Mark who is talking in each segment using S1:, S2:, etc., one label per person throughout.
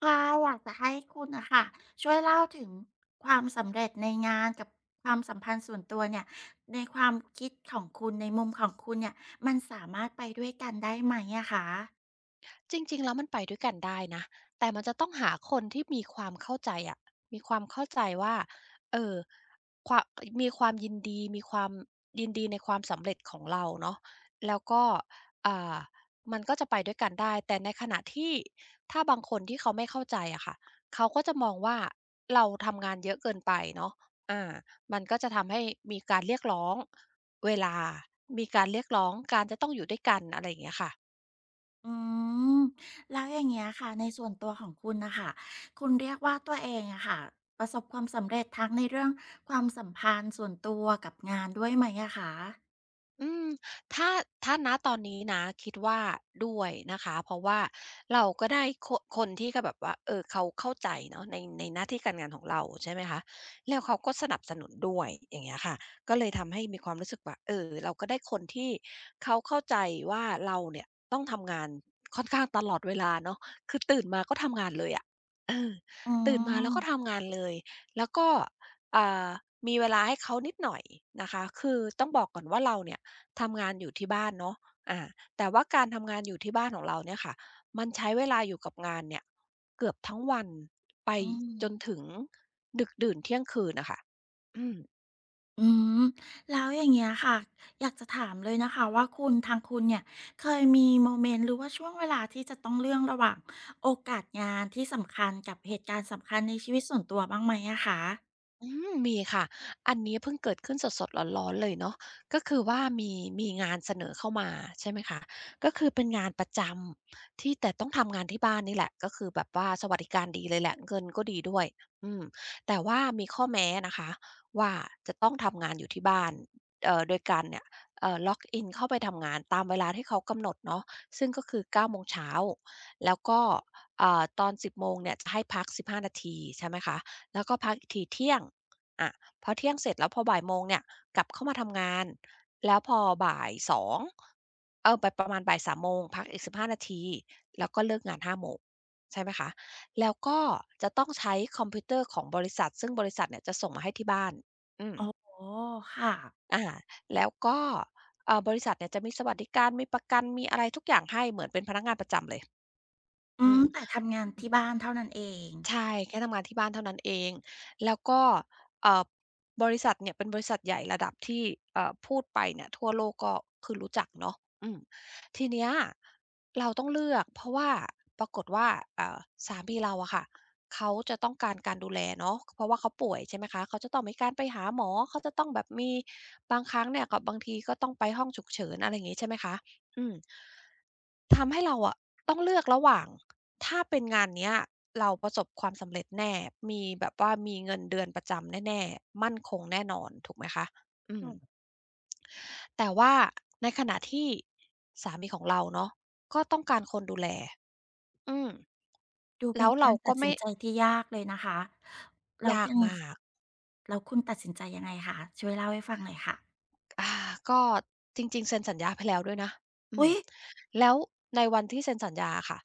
S1: ค่ะอยากจะให้คุณนะคะช่วยเล่าถึงความสำเร็จในงานกับความสัมพันธ์ส่วนตัวเนี่ยในความคิดของคุณในมุมของคุณเนี่ยมันสามารถไปด้วยกันได้ไหมอะคะ
S2: จริงๆแล้วมันไปด้วยกันได้นะแต่มันจะต้องหาคนที่มีความเข้าใจอะมีความเข้าใจว่าเอ่อความีความยินดีมีความยินดีในความสำเร็จของเราเนาะแล้วก็อ่ามันก็จะไปด้วยกันได้แต่ในขณะที่ถ้าบางคนที่เขาไม่เข้าใจอะค่ะเขาก็จะมองว่าเราทำงานเยอะเกินไปเนาะอามันก็จะทำให้มีการเรียกร้องเวลามีการเรียกร้องการจะต้องอยู่ด้วยกันอะไรอย่างเงี้ยค่ะ
S1: อืมแล้วอย่างเงี้ยค่ะในส่วนตัวของคุณนะคะคุณเรียกว่าตัวเองอะค่ะประสบความสำเร็จทั้งในเรื่องความสัมพันธ์ส่วนตัวกับงานด้วยไหมอะคะ
S2: อืมถ้าถ้าณตอนนี้นะคิดว่าด้วยนะคะเพราะว่าเราก็ได้คนที่ก็แบบว่าเออเขาเข้าใจเนาะในหน้าที่การงานของเราใช่ไหมคะแล้วเขาก็สนับสนุนด้วยอย่างเงี้ยค่ะก็เลยทำให้มีความรู้สึกว่าเออเราก็ได้คนที่เขาเข้าใจว่าเราเนี่ยต้องทำงานค่อนข้างตลอดเวลาเนาะคือตื่นมาก็ทำงานเลยอะเออ
S1: อื
S2: ตื่นมาแล้วก็
S1: ม
S2: ทำงานเลยแล้วก็อ่ามีเวลาให้เขานิดหน่อยนะคะคือต้องบอกก่อนว่าเราเนี่ย ทำงานอยู่ที่บ้านเนาะอาแต่ว่าการทำงานอยู่ที่บ้านของเราเนี่ยค่ะ มันใช้เวลาอยู่กับงานเนี่ยเกือบทั้งวันไป
S1: อืม
S2: จนถึงดึกดื่นเที่ยงคืนน่ะค่ะอืม
S1: อืมแล้วอย่างเงี้ยค่ะอยากจะถามเลยนะคะว่าคุณทางคุณเนี่ยเคยมีโมเมนต์หรือว่าช่วงเวลาที่จะต้องเลือกระหว่างโอกาสงานที่สำคัญกับเหตุการณ์สำคัญในชีวิตส่วนตัวบ้างไหมอะคะ
S2: อืมมีค่ะอันนี้เพิ่งเกิดขึ้นสดๆร้อนๆเลยเนาะก็คือว่ามีงานเสนอเข้ามาใช่ไหมคะก็คือเป็นงานประจำที่แต่ต้องทำงานที่บ้านนี่แหละก็คือแบบว่าสวัสดิการดีเลยแหละเงินก็ดีด้วยอืมแต่ว่ามีข้อแม้นะคะว่าจะต้องทำงานอยู่ที่บ้านโดยการเนี่ยlog in เข้าไปทำงานตามเวลาที่เขากำหนดเนาะซึ่งก็คือ9โมงเช้าแล้วก็ตอน10 โมงเนี่ยจะให้พัก15นาทีใช่ไหมคะแล้วก็พักอีกทีเที่ยง อะพอเที่ยงเสร็จแล้วพอบ่ายโมงเนี่ยกลับเข้ามาทำงานแล้วพอบ่าย2เออไปประมาณบ่าย3โมงพักอีก15นาทีแล้วก็เลิกงาน5โมงใช่ไหมคะแล้วก็จะต้องใช้คอมพิวเตอร์ของบริษัทซึ่งบริษัทเนี่ยจะส่งมาให้ที่บ้านอืม
S1: โอ๋ค่ะ
S2: อาแล้วก็บริษัทเนี่ยจะมีสวัสดิการมีประกันมีอะไรทุกอย่างให้เหมือนเป็นพนักงานประจำเลย
S1: อื
S2: อื
S1: ม
S2: ม
S1: แต่ทำงานที่บ้านเท่านั้นเอง
S2: ใช่แค่ทำงานที่บ้านเท่านั้นเองแล้วก็เอ่อบริษัทเนี่ยเป็นบริษัทใหญ่ระดับที่พูดไปเนี่ยทั่วโลกก็คือรู้จักเนาะอืมทีเนี้ยเราต้องเลือกเพราะว่าปรากฏว่าเอ่อสามีเราอะค่ะเขาจะต้องการการดูแลเนาะเพราะว่าเขาป่วยใช่ไหมคะเขาจะต้องมีการไปหาหมอเขาจะต้องแบบมีบางครั้งเนี่ยก็บางทีก็ต้องไปห้องฉุกเฉินอะไรอย่างงี้ใช่ไหมคะอืม ทำให้เราอะต้องเลือกระหว่างถ้าเป็นงานเนี้ยเราประสบความสำเร็จแน่มีแบบว่ามีเงินเดือนประจำแน่ๆมั่นคงแน่นอนถูกไหมคะอืมแต่ว่าในขณะที่สามีของเราเนาะก็ต้องการคนดูแลอืม
S1: ดูเป็
S2: แล้
S1: น
S2: ว
S1: กา
S2: เรา
S1: รตั
S2: ก็
S1: ดสิ
S2: ไม่
S1: นใจที่ยากเลยนะคะแล้ว
S2: ยาก
S1: ทาง
S2: มาก
S1: แล้วคุณตัดสินใจยังไงคะช่วยเล่าให้ฟังหน่อยค่ะ
S2: อาก็จริงๆเซ็นสัญญาไปแล้วด้วยนะอื
S1: อุ๊
S2: ม
S1: ย
S2: แล้วในวันที่เซ็นสัญญาอะค่ะ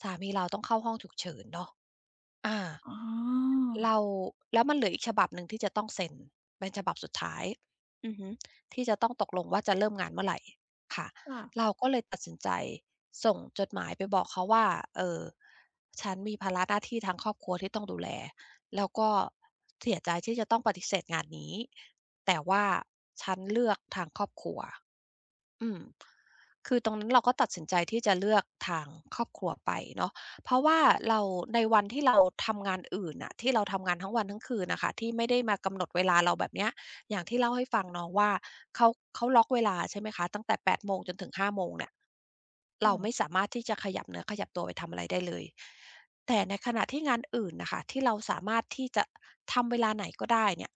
S2: สามีเราต้องเข้าห้องฉุกเฉินเนาะอา
S1: อ๋อ
S2: เราแล้วมันเหลืออีกฉบับหนึ่งที่จะต้องเซ็นเป็นฉบับสุดท้ายอือฮึที่จะต้องตกลงว่าจะเริ่มงานเมื่อไรค่ะ
S1: ค่ะ
S2: เราก็เลยตัดสินใจส่งจดหมายไปบอกเขาว่าเอ่อฉันมีภาระหน้าที่ทางครอบครัวที่ต้องดูแลแล้วก็เสียใจที่จะต้องปฏิเสธงานนี้แต่ว่าฉันเลือกทางครอบครัว อืมคือตรงนั้นเราก็ตัดสินใจที่จะเลือกทางครอบครัวไปเนาะเพราะว่าเราในวันที่เราทำงานอื่นน่ะที่เราทำงานทั้งวันทั้งคืนน่ะค่ะที่ไม่ได้มากำหนดเวลาเราแบบเนี้ยอย่างที่เล่าให้ฟังเนาะว่าเขาเขาล็อกเวลาใช่ไหมคะตั้งแต่8โมงจนถึง5โมงเนี่ยเราไม่สามารถที่จะขยับเนื้อขยับตัวไปทำอะไรได้เลยแต่ในขณะที่งานอื่นน่ะค่ะที่เราสามารถที่จะทำเวลาไหนก็ได้เนี่ย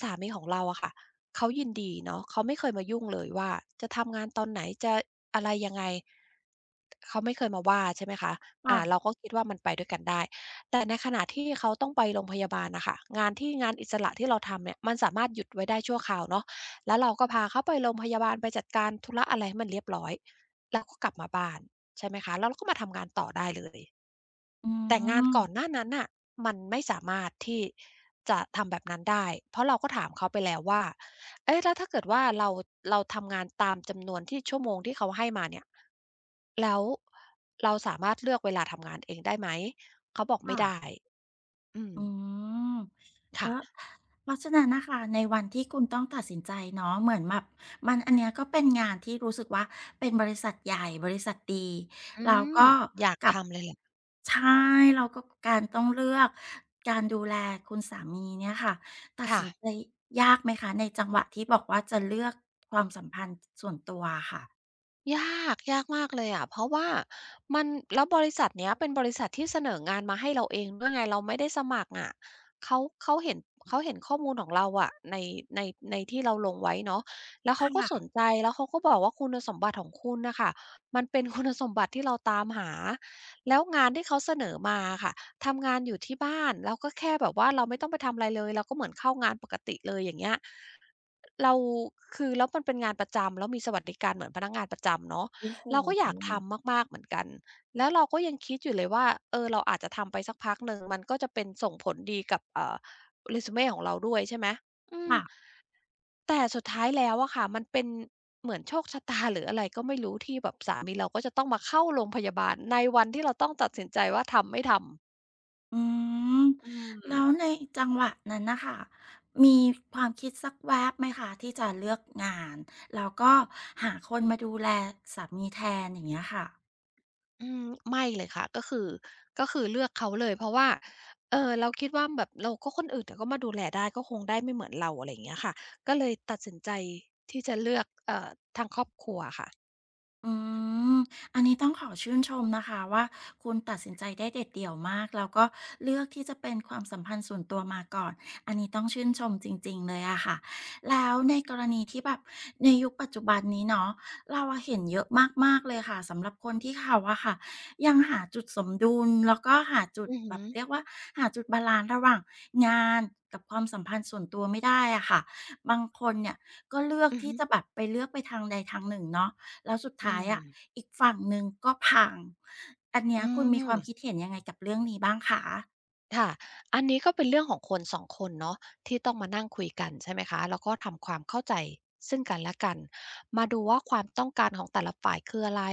S2: สามีของเราอะค่ะ เขายินดีเนาะเขาไม่เคยมายุ่งเลยว่าจะทำงานตอนไหนจะอะไรยังไงเขาไม่เคยมาว่าใช่ไหมคะ
S1: ค่ะ
S2: เราก็คิดว่ามันไปด้วยกันได้แต่ในขณะที่เขาต้องไปโรงพยาบาลน่ะค่ะงานที่งานอิสระที่เราทำเนี่ยมันสามารถหยุดไว้ได้ชั่วคราวเนาะแล้วเราก็พาเขาไปโรงพยาบาลไปจัดการธุระอะไรให้มันเรียบร้อยแล้วก็กลับมาบ้านใช่ไหมคะแล้วเราก็มาทำงานต่อได้เลย
S1: อื
S2: แต่งาน
S1: ม
S2: ก่อนหน้านั้นน่ะมันไม่สามารถที่จะทำแบบนั้นได้เพราะเราก็ถามเขาไปแล้วว่าเอ๊ะแล้วถ้าเกิดว่าเราทำงานตามจำนวนที่ชั่วโมงที่เขาให้มาเนี่ยแล้วเราสามารถเลือกเวลาทำงานเองได้ไหมเขาบอกไม่
S1: ค่ะ
S2: ได้อืม
S1: อืมก็
S2: ค่ะ
S1: เพราะฉะนั้นนะคะในวันที่คุณต้องตัดสินใจเนาะเหมือนแบบมันอันเนี้ยก็เป็นงานที่รู้สึกว่าเป็นบริษัทใหญ่บริษัทดี
S2: อื
S1: เราก็
S2: มอยาก
S1: กับ
S2: ทำเลยแหละ
S1: ใช่เราก็การต้องเลือกการดูแลคุณสามีเนี่ยค่ะตัด
S2: ค่ะ
S1: สินใจยากไหมคะในจังหวะที่บอกว่าจะเลือกความสัมพันธ์ส่วนตัวค่ะ
S2: ยากยากมากเลยอะเพราะว่ามันแล้วบริษัทเนี้ยเป็นบริษัทที่เสนองานมาให้เราเองด้วยไงเราไม่ได้สมัครอะเขาเห็นเขาเห็นข้อมูลของเราอะในในที่เราลงไว้เนาะแล้วเขาก็
S1: ค่ะ
S2: สนใจแล้วเขาก็บอกว่าคุณสมบัติของคุณนะคะมันเป็น คุณสมบัติที่เราตามหาแล้วงานที่เขาเสนอมาค่ะทำงานอยู่ที่บ้านแล้วก็แค่แบบว่าเราไม่ต้องไปทำอะไรเลยเราก็เหมือนเข้างานปกติเลยอย่างเงี้ย เราคือแล้วมันเป็นงานประจำแล้วมีสวัสดิการเหมือนพนักงานประจำเนาะ
S1: โอ้โห
S2: เราก็อยากทำมากๆเหมือนกันแล้วเราก็ยังคิดอยู่เลยว่าเออเราอาจจะทำไปสักพักหนึ่งมันก็จะเป็นส่งผลดีกับresume ของเราด้วยใช่ไหมอืม
S1: ค่ะ
S2: แต่สุดท้ายแล้วอะค่ะมันเป็นเหมือนโชคชะตา หรืออะไรก็ไม่รู้ที่แบบสามีเราก็จะต้องมาเข้าโรงพยาบาลในวันที่เราต้องตัดสินใจว่าทำไม่ทำ
S1: อืม
S2: อื
S1: แล้ว
S2: ม
S1: ในจังหวะนั้นนะคะมีความคิดสักแวบไหมคะที่จะเลือกงานแล้วก็หาคนมาดูแลสามีแทนอย่างเงี้ยค่ะ
S2: อืมไม่เลยค่ะก็คือเลือกเขาเลยเพราะว่าเราคิดว่าแบบเราก็คนอื่นเขาก็มาดูแลได้ก็คงได้ไม่เหมือนเราอะไรอย่างเงี้ยค่ะก็เลยตัดสินใจที่จะเลือกทางครอบครัวค่ะ
S1: อืมอันนี้ต้องขอชื่นชมนะคะว่าคุณตัดสินใจได้เด็ดเดี่ยวมากแล้วก็เลือกที่จะเป็นความสัมพันธ์ส่วนตัวมาก่อนอันนี้ต้องชื่นชมจริงๆเลยอะค่ะแล้วในกรณีที่แบบในยุคปัจจุบันนี้เนาะเราอะเห็นเยอะมากๆเลยค่ะสำหรับคนที่เขาอะค่ะยังหาจุดสมดุลแล้วก็หาจุด
S2: อือ
S1: แบ
S2: ฮึ
S1: บเรียกว่าหาจุดบาลานซ์ระหว่างงานกับความสัมพันธ์ส่วนตัวไม่ได้อะค่ะบางคนเนี่ยก็เลือก
S2: อือ
S1: ที่
S2: ฮึ
S1: จะแบบไปเลือกไปทางใดทางหนึ่งเนาะ แล้วสุด
S2: อื
S1: ท้ายอะ
S2: ม
S1: อีกฝั่งหนึ่งก็พังอันเนี้
S2: อื
S1: ยคุณมีความคิด
S2: ม
S1: เห็นยังไงกับเรื่องนี้บ้างคะ
S2: ค่ะ อันนี้ก็เป็นเรื่องของคน2คนเนาะที่ต้องมานั่งคุยกันใช่ไหมคะแล้วก็ทำความเข้าใจซึ่งกันและกันมาดูว่าความต้องการของแต่ละฝ่ายคืออะไร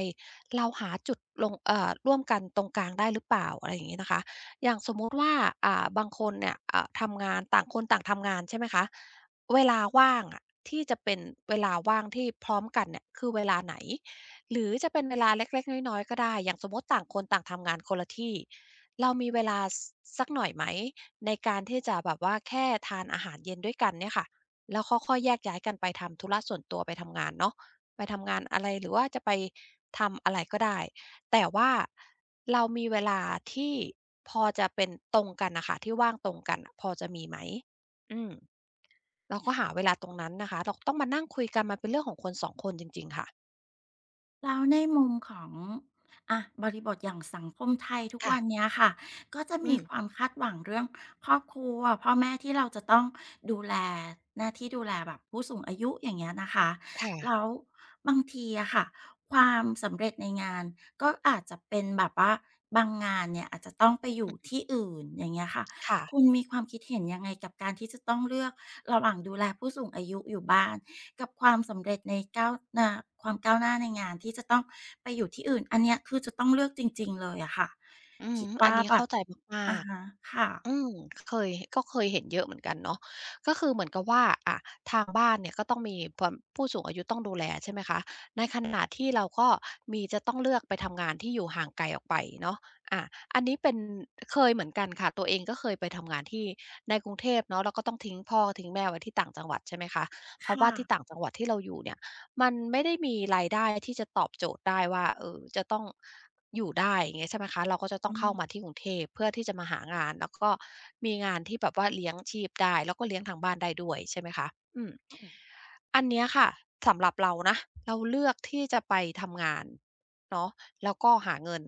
S2: เราหาจุดลงร่วมกันตรงกลางได้หรือเปล่าอะไรอย่างงี้นะคะอย่างสมมุติว่าบางคนเนี่ยทำงานต่างคนต่างทำงานใช่ไหมคะเวลาว่างอะที่จะเป็นเวลาว่างที่พร้อมกันเนี่ยคือเวลาไหนหรือจะเป็นเวลาเล็กๆน้อยๆก็ได้อย่างสมมติต่างคนต่างทำงานคนละที่ เรามีเวลาสักหน่อยไหมในการที่จะแบบว่าแค่ทานอาหารเย็นด้วยกันเนี่ยค่ะแล้วก็ค่อยๆแยกย้ายกันไปทำธุระส่วนตัวไปทำงานเนาะไปทำงานอะไรหรือว่าจะไปทำอะไรก็ได้แต่ว่าเรามีเวลาที่พอจะเป็นตรงกันน่ะค่ะที่ว่างตรงกันน่ะพอจะมีไหมอืมเราก็หาเวลาตรงนั้นนะคะเราต้องมานั่งคุยกันมันเป็นเรื่องของคนสองคนจริงๆค่ะ
S1: แล้วในมุมของอะบริบทอย่างสังคมไทยทุก
S2: ค่ะ
S1: วันเนี้ยค่ะก็จะ
S2: อื
S1: มี
S2: ม
S1: ความคาดหวังเรื่องครอบครัวพ่อแม่ที่เราจะต้องดูแลหน้าที่ดูแลแบบผู้สูงอายุอย่างเงี้ยนะคะ
S2: ค่ะ
S1: แล้วบางทีอะค่ะความสำเร็จในงานก็อาจจะเป็นแบบว่าบางงานเนี่ยอาจจะต้องไปอยู่
S2: อือ
S1: ที่อื่นอย่างเงี้ยค่ะ
S2: ค่ะ
S1: คุณมีความคิดเห็นยังไงกับการที่จะต้องเลือกระหว่างดูแลผู้สูงอายุอยู่บ้าน กับความสำเร็จในก้าวหน้าความก้าวหน้าในงานที่จะต้องไปอยู่ที่อื่นอันเนี้ยคือจะต้องเลือกจริงๆเลยอะค่ะ
S2: อือ
S1: คิด
S2: ฮึอั
S1: ว่า
S2: นนี้
S1: แบบ
S2: เข้าใจมา
S1: อะ
S2: ก
S1: ฮะค่ะ
S2: ๆ อืมเคยก็เคยเห็นเยอะเหมือนกันเนาะก็คือเหมือนกับว่าอะทางบ้านเนี่ยก็ต้องมีความผู้สูงอายุต้องดูแลใช่ไหมคะในขณะที่เราก็มีจะต้องเลือกไปทำงานที่อยู่ห่างไกลออกไปเนาะอาอันนี้เป็นเคยเหมือนกันค่ะตัวเองก็เคยไปทำงานที่ในกรุงเทพเนาะแล้วก็ต้องทิ้งพ่อทิ้งแม่ไว้ที่ต่างจังหวัดใช่ไหมคะเพราะว่า
S1: ค่ะ
S2: ที่ต่างจังหวัดที่เราอยู่เนี่ย มันไม่ได้มีรายได้ที่จะตอบโจทย์ได้ว่าเออจะต้องอยู่ได้อย่างเงี้ยใช่ไหมคะเราก็จะต้
S1: อื
S2: องเข้ามา
S1: ม
S2: ที่กรุงเทพเพื่อที่จะมาหางานแล้วก็มีงานที่แบบว่าเลี้ยงชีพได้แล้วก็เลี้ยงทางบ้านได้ด้วยใช่ไหมคะอืมอันเนี้ยค่ะสำหรับเรานะเราเลือกที่จะไปทำงานเนาะแล้วก็หาเงิน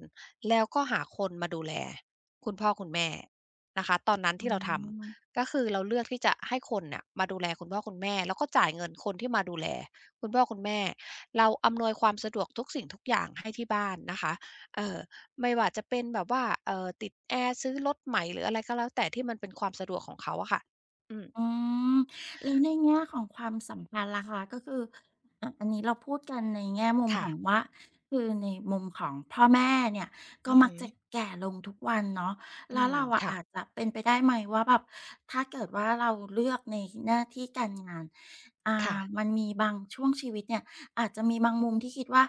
S2: แล้วก็หาคนมาดูแลคุณพ่อคุณแม่นะคะตอนนั้น
S1: อื
S2: ที่เราท
S1: ม
S2: ำก็คือเราเลือกที่จะให้คนเน่ยมาดูแลคุณพ่อคุณแม่แล้วก็จ่ายเงินคนที่มาดูแล คุณพ่อคุณแม่เราอำนวยความสะดวกทุกสิ่งทุกอย่างให้ที่บ้านนะคะเอ่อไม่ว่าจะเป็นแบบว่าติดแอร์ซื้อรถใหม่หรืออะไรก็แล้วแต่ที่มันเป็นความสะดวกของเขาอะค่ะอืม
S1: อืมแล้วในแง่ของความสัมพันธ์ล่ะคะก็คืออะอันนี้เราพูดกันในแง่มุมข
S2: ค่ะ
S1: องว่าคือในมุมของพ่อแม่เนี่ยก็
S2: อือ
S1: มัก
S2: ฮึ
S1: จะแก่ลงทุกวันเนาะ
S2: อื
S1: แล้ว
S2: ม
S1: เราอะ
S2: ค่ะ
S1: อาจจะเป็นไปได้ไหมว่าแบบถ้าเกิดว่าเราเลือกในหน้าที่การงาน
S2: ค่ะ
S1: มันมีบางช่วงชีวิตเนี่ยอาจจะมีบางมุมที่คิดว่า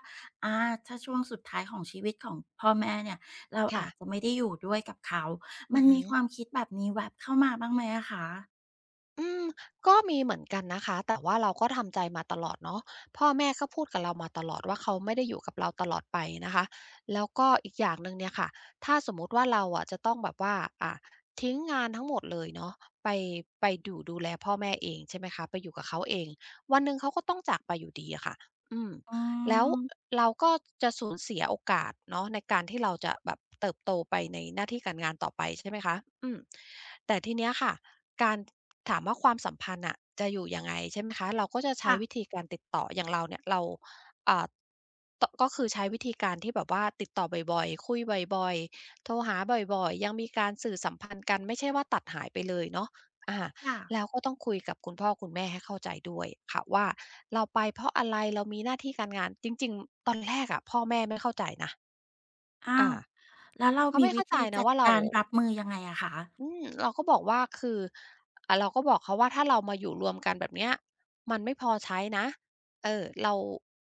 S1: อาถ้าช่วงสุดท้ายของชีวิตของพ่อแม่เนี่ยเรา
S2: ค่ะ
S1: อาจจะไม่ได้อยู่ด้วยกับเขา
S2: อื
S1: มั
S2: อ
S1: น
S2: ฮึ
S1: มีความคิดแบบนี้แวบเข้ามาบ้างไหมอะคะ
S2: อืมก็มีเหมือนกันนะคะแต่ว่าเราก็ทำใจมาตลอดเนาะพ่อแม่ก็พูดกับเรามาตลอดว่าเขาไม่ได้อยู่กับเราตลอดไปนะคะแล้วก็อีกอย่างหนึ่งเนี่ยค่ะถ้าสมมุติว่าเราอะจะต้องแบบว่าอ่าทิ้งงานทั้งหมดเลยเนาะไปไปอยู่ดูแลพ่อแม่เองใช่ไหมคะไปอยู่กับเขาเองวันหนึ่งเขาก็ต้องจากไปอยู่ดีอะค่ะอืม
S1: อื
S2: แล้ว
S1: ม
S2: เราก็จะสูญเสียโอกาสเนาะในการที่เราจะแบบเติบโตไปในหน้าที่การงานต่อไปใช่ไหมคะอืมแต่ทีเนี้ยค่ะการถามว่าความสัมพันธ์อ่ะจะอยู่ยังไงใช่ไหมคะเราก็จะใช้
S1: ค่ะ
S2: วิธีการติดต่ออย่างเราเนี่ยเราอ่าตก็คือใช้วิธีการที่แบบว่าติดต่อบ่อยๆคุยบ่อยๆโทรหาบ่อยๆยังมีการสื่อสัมพันธ์กันไม่ใช่ว่าตัดหายไปเลยเนาะอา
S1: ค่ะ
S2: แล้วก็ต้องคุยกับคุณพ่อคุณแม่ให้เข้าใจด้วยค่ะว่าเราไปเพราะอะไรเรามีหน้าที่การงานจริงๆตอนแรกอะพ่อแม่ไม่เข้าใจนะ
S1: อ้า
S2: อา
S1: วแล้วเรา
S2: เขา
S1: มี
S2: ไม่
S1: วิ
S2: เข้าใจ
S1: ธี
S2: นะ
S1: จัด
S2: ว่าเรา
S1: การรับมือยังไงอะคะ
S2: อืมเราก็บอกว่าคือเราก็บอกเขาว่าถ้าเรามาอยู่รวมกันแบบเนี้ยมันไม่พอใช้นะ เออ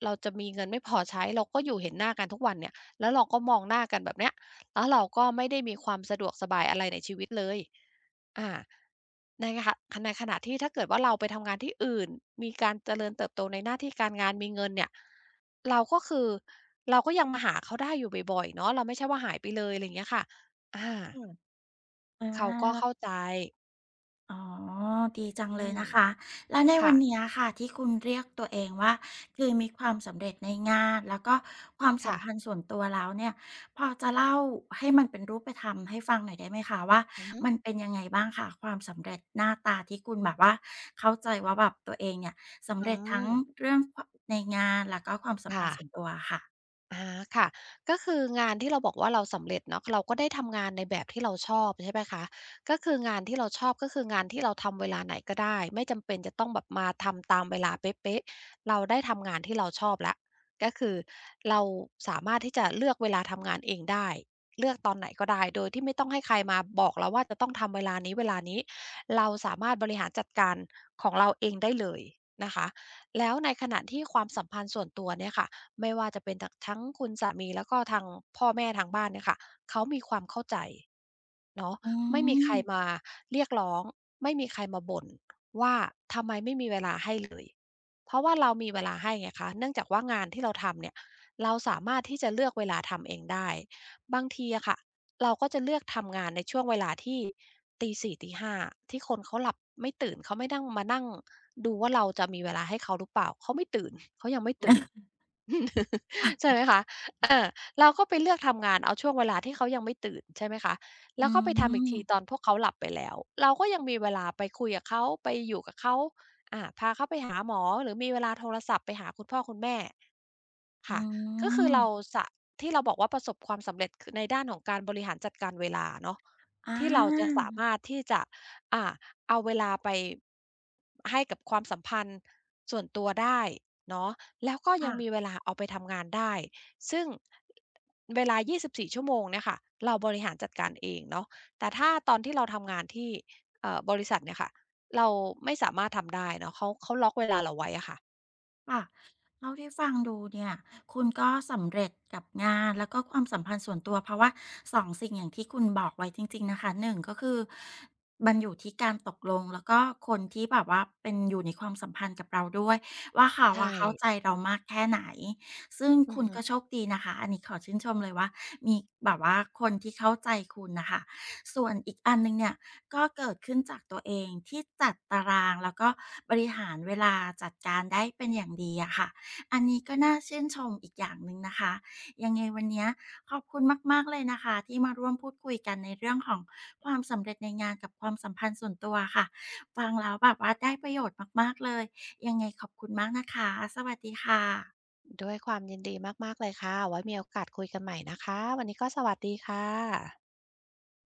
S2: เราจะมีเงินไม่พอใช้เราก็อยู่เห็นหน้ากันทุกวันเนี่ยแล้วเราก็มองหน้ากันแบบเนี้ยแล้วเราก็ไม่ได้มีความสะดวกสบายอะไรในชีวิตเลยอ่าในขะในขณะที่ถ้าเกิดว่าเราไปทำงานที่อื่นมีการเจริญเติบโตในหน้าที่การงานมีเงินเนี่ยเราก็คือเราก็ยังมาหาเขาได้อยู่บ่อยๆเนาะเราไม่ใช่ว่าหายไปเลยอะไรอย่างเงี้ยค่ะอา
S1: อืมอา
S2: เขาก็เข้าใจ
S1: อ๋อดีจัง
S2: อื
S1: เลย
S2: ม
S1: นะคะแล้วในวั
S2: ค่ะ
S1: นเนี้ยค่ะที่คุณเรียกตัวเองว่าคือมีความสำเร็จในงานแล้วก็ความสัม
S2: ค่ะ
S1: พันธ์ส่วนตัวแล้วเนี่ยพอจะเล่าให้มันเป็นรูปธรรมให้ฟังหน่อยได้ไหมคะว่า
S2: อือฮึ
S1: มันเป็นยังไงบ้างค่ะความสำเร็จหน้าตาที่คุณแบบว่าเข้าใจว่าแบบตัวเองเนี่ยสำ
S2: อื
S1: เร็จทั้ง
S2: ม
S1: เรื่องขในงานแล้วก็ความสัมพัน
S2: ค่ะ
S1: ธ์ส่วนตัวอะค่ะ
S2: อาค่ะก็คืองานที่เราบอกว่าเราสำเร็จเนาะเราก็ได้ทำงานในแบบที่เราชอบใช่ไหมคะก็คืองานที่เราชอบก็คืองานที่เราทำเวลาไหนก็ได้ไม่จำเป็นจะต้องแบบมาทำตามเวลาเป๊ะๆเราได้ทำงานที่เราชอบแล้วก็คือเราสามารถที่จะเลือกเวลาทำงานเองได้เลือกตอนไหนก็ได้โดยที่ไม่ต้องให้ใครมาบอกเราว่าจะต้องทำเวลานี้เวลานี้เราสามารถบริหารจัดการของเราเองได้เลยนะคะแล้วในขณะที่ความสัมพันธ์ส่วนตัวเนี่ยค่ะ ไม่ว่าจะเป็นจากทั้งคุณสามีแล้วก็ทางพ่อแม่ทางบ้านเนี่ยค่ะเขามีความเข้าใจเนาะ
S1: อื
S2: ไม่มีใคร
S1: ม
S2: มาเรียกร้องไม่มีใครมาบ่นว่าทำไมไม่มีเวลาให้เลยเพราะว่าเรามีเวลาให้ไงคะเนื่องจากว่างานที่เราทำเนี่ยเราสามารถที่จะเลือกเวลาทำเองได้บางทีอะค่ะเราก็จะเลือกทำงานในช่วงเวลาที่ตีสี่ตี5้าที่คนเขาหลับไม่ตื่นเขาไม่นั่งมานั่งดูว่าเราจะมีเวลาให้เขาหรือเปล่าเขาไม่ตื่นเขายังไม่ตื่น ใช่ไหมคะเออเราก็ไปเลือกทำงานเอาช่วงเวลาที่เขายังไม่ตื่นใช่ไหมคะ
S1: อื
S2: แล้วก็ไปทำอีกทีตอน
S1: ม
S2: พวกเขาหลับไปแล้ว เราก็ยังมีเวลาไปคุยกับเขาไปอยู่กับเขาพาเขาไปหาหมอหรือมีเวลาโทรศัพท์ไปหาคุณพ่อคุณแม่
S1: อื
S2: ค่ะก็คือเรา
S1: ม
S2: สะที่เราบอกว่าประสบความสำเร็จคือในด้านของการบริหารจัดการเวลาเนาะ
S1: อา
S2: ที่เราจะสามารถที่จะอ่าเอาเวลาไปให้กับความสัมพันธ์ส่วนตัวได้ เนาะแล้วก็ยั
S1: ค่ะ
S2: งมีเวลาเอาไปทำงานได้ซึ่งเวลา 24 ชั่วโมงเนี่ยค่ะเราบริหารจัดการเองเนาะแต่ถ้าตอนที่เราทำงานที่บริษัทเนี่ยค่ะเราไม่สามารถทำได้เนาะเขาเขาล็อกเวลาเราไว้อะค่ะ
S1: ค่ะเท่าที่ฟังดูเนี่ยคุณก็สำเร็จกับงานแล้วก็ความสัมพันธ์ส่วนตัวเพราะว่าสองสิ่งอย่างที่คุณบอกไว้จริงๆนะคะหนึ่งก็คือมันอยู่ที่การตกลงแล้วก็คนที่แบบว่าเป็นอยู่ในความสัมพันธ์กับเราด้วยว่าเขา
S2: ใช่
S1: อะเข้าใจเรามากแค่ไหนซึ่ง
S2: อือ
S1: คุณ
S2: ฮึ
S1: ก็โชคดีนะคะอันนี้ขอชื่นชมเลยว่ามีแบบว่าคนที่เข้าใจคุณน่ะค่ะ ส่วนอีกอันหนึ่งเนี่ยก็เกิดขึ้นจากตัวเองที่จัดตารางแล้วก็บริหารเวลาจัดการได้เป็นอย่างดีอะค่ะอันนี้ก็น่าชื่นชมอีกอย่างหนึ่งนะคะยังไงวันเนี้ยขอบคุณมากๆเลยนะคะที่มาร่วมพูดคุยกันในเรื่องของความสำเร็จในงานกับความสัมพันธ์ส่วนตัวค่ะฟังแล้วแบบว่าได้ประโยชน์มากๆเลยยังไงขอบคุณมากนะคะสวัสดีค่ะ
S2: ด้วยความยินดีมากๆเลยค่ะไว้มีโอกาสคุยกันใหม่นะคะวันนี้ก็สวัสดีค่ะ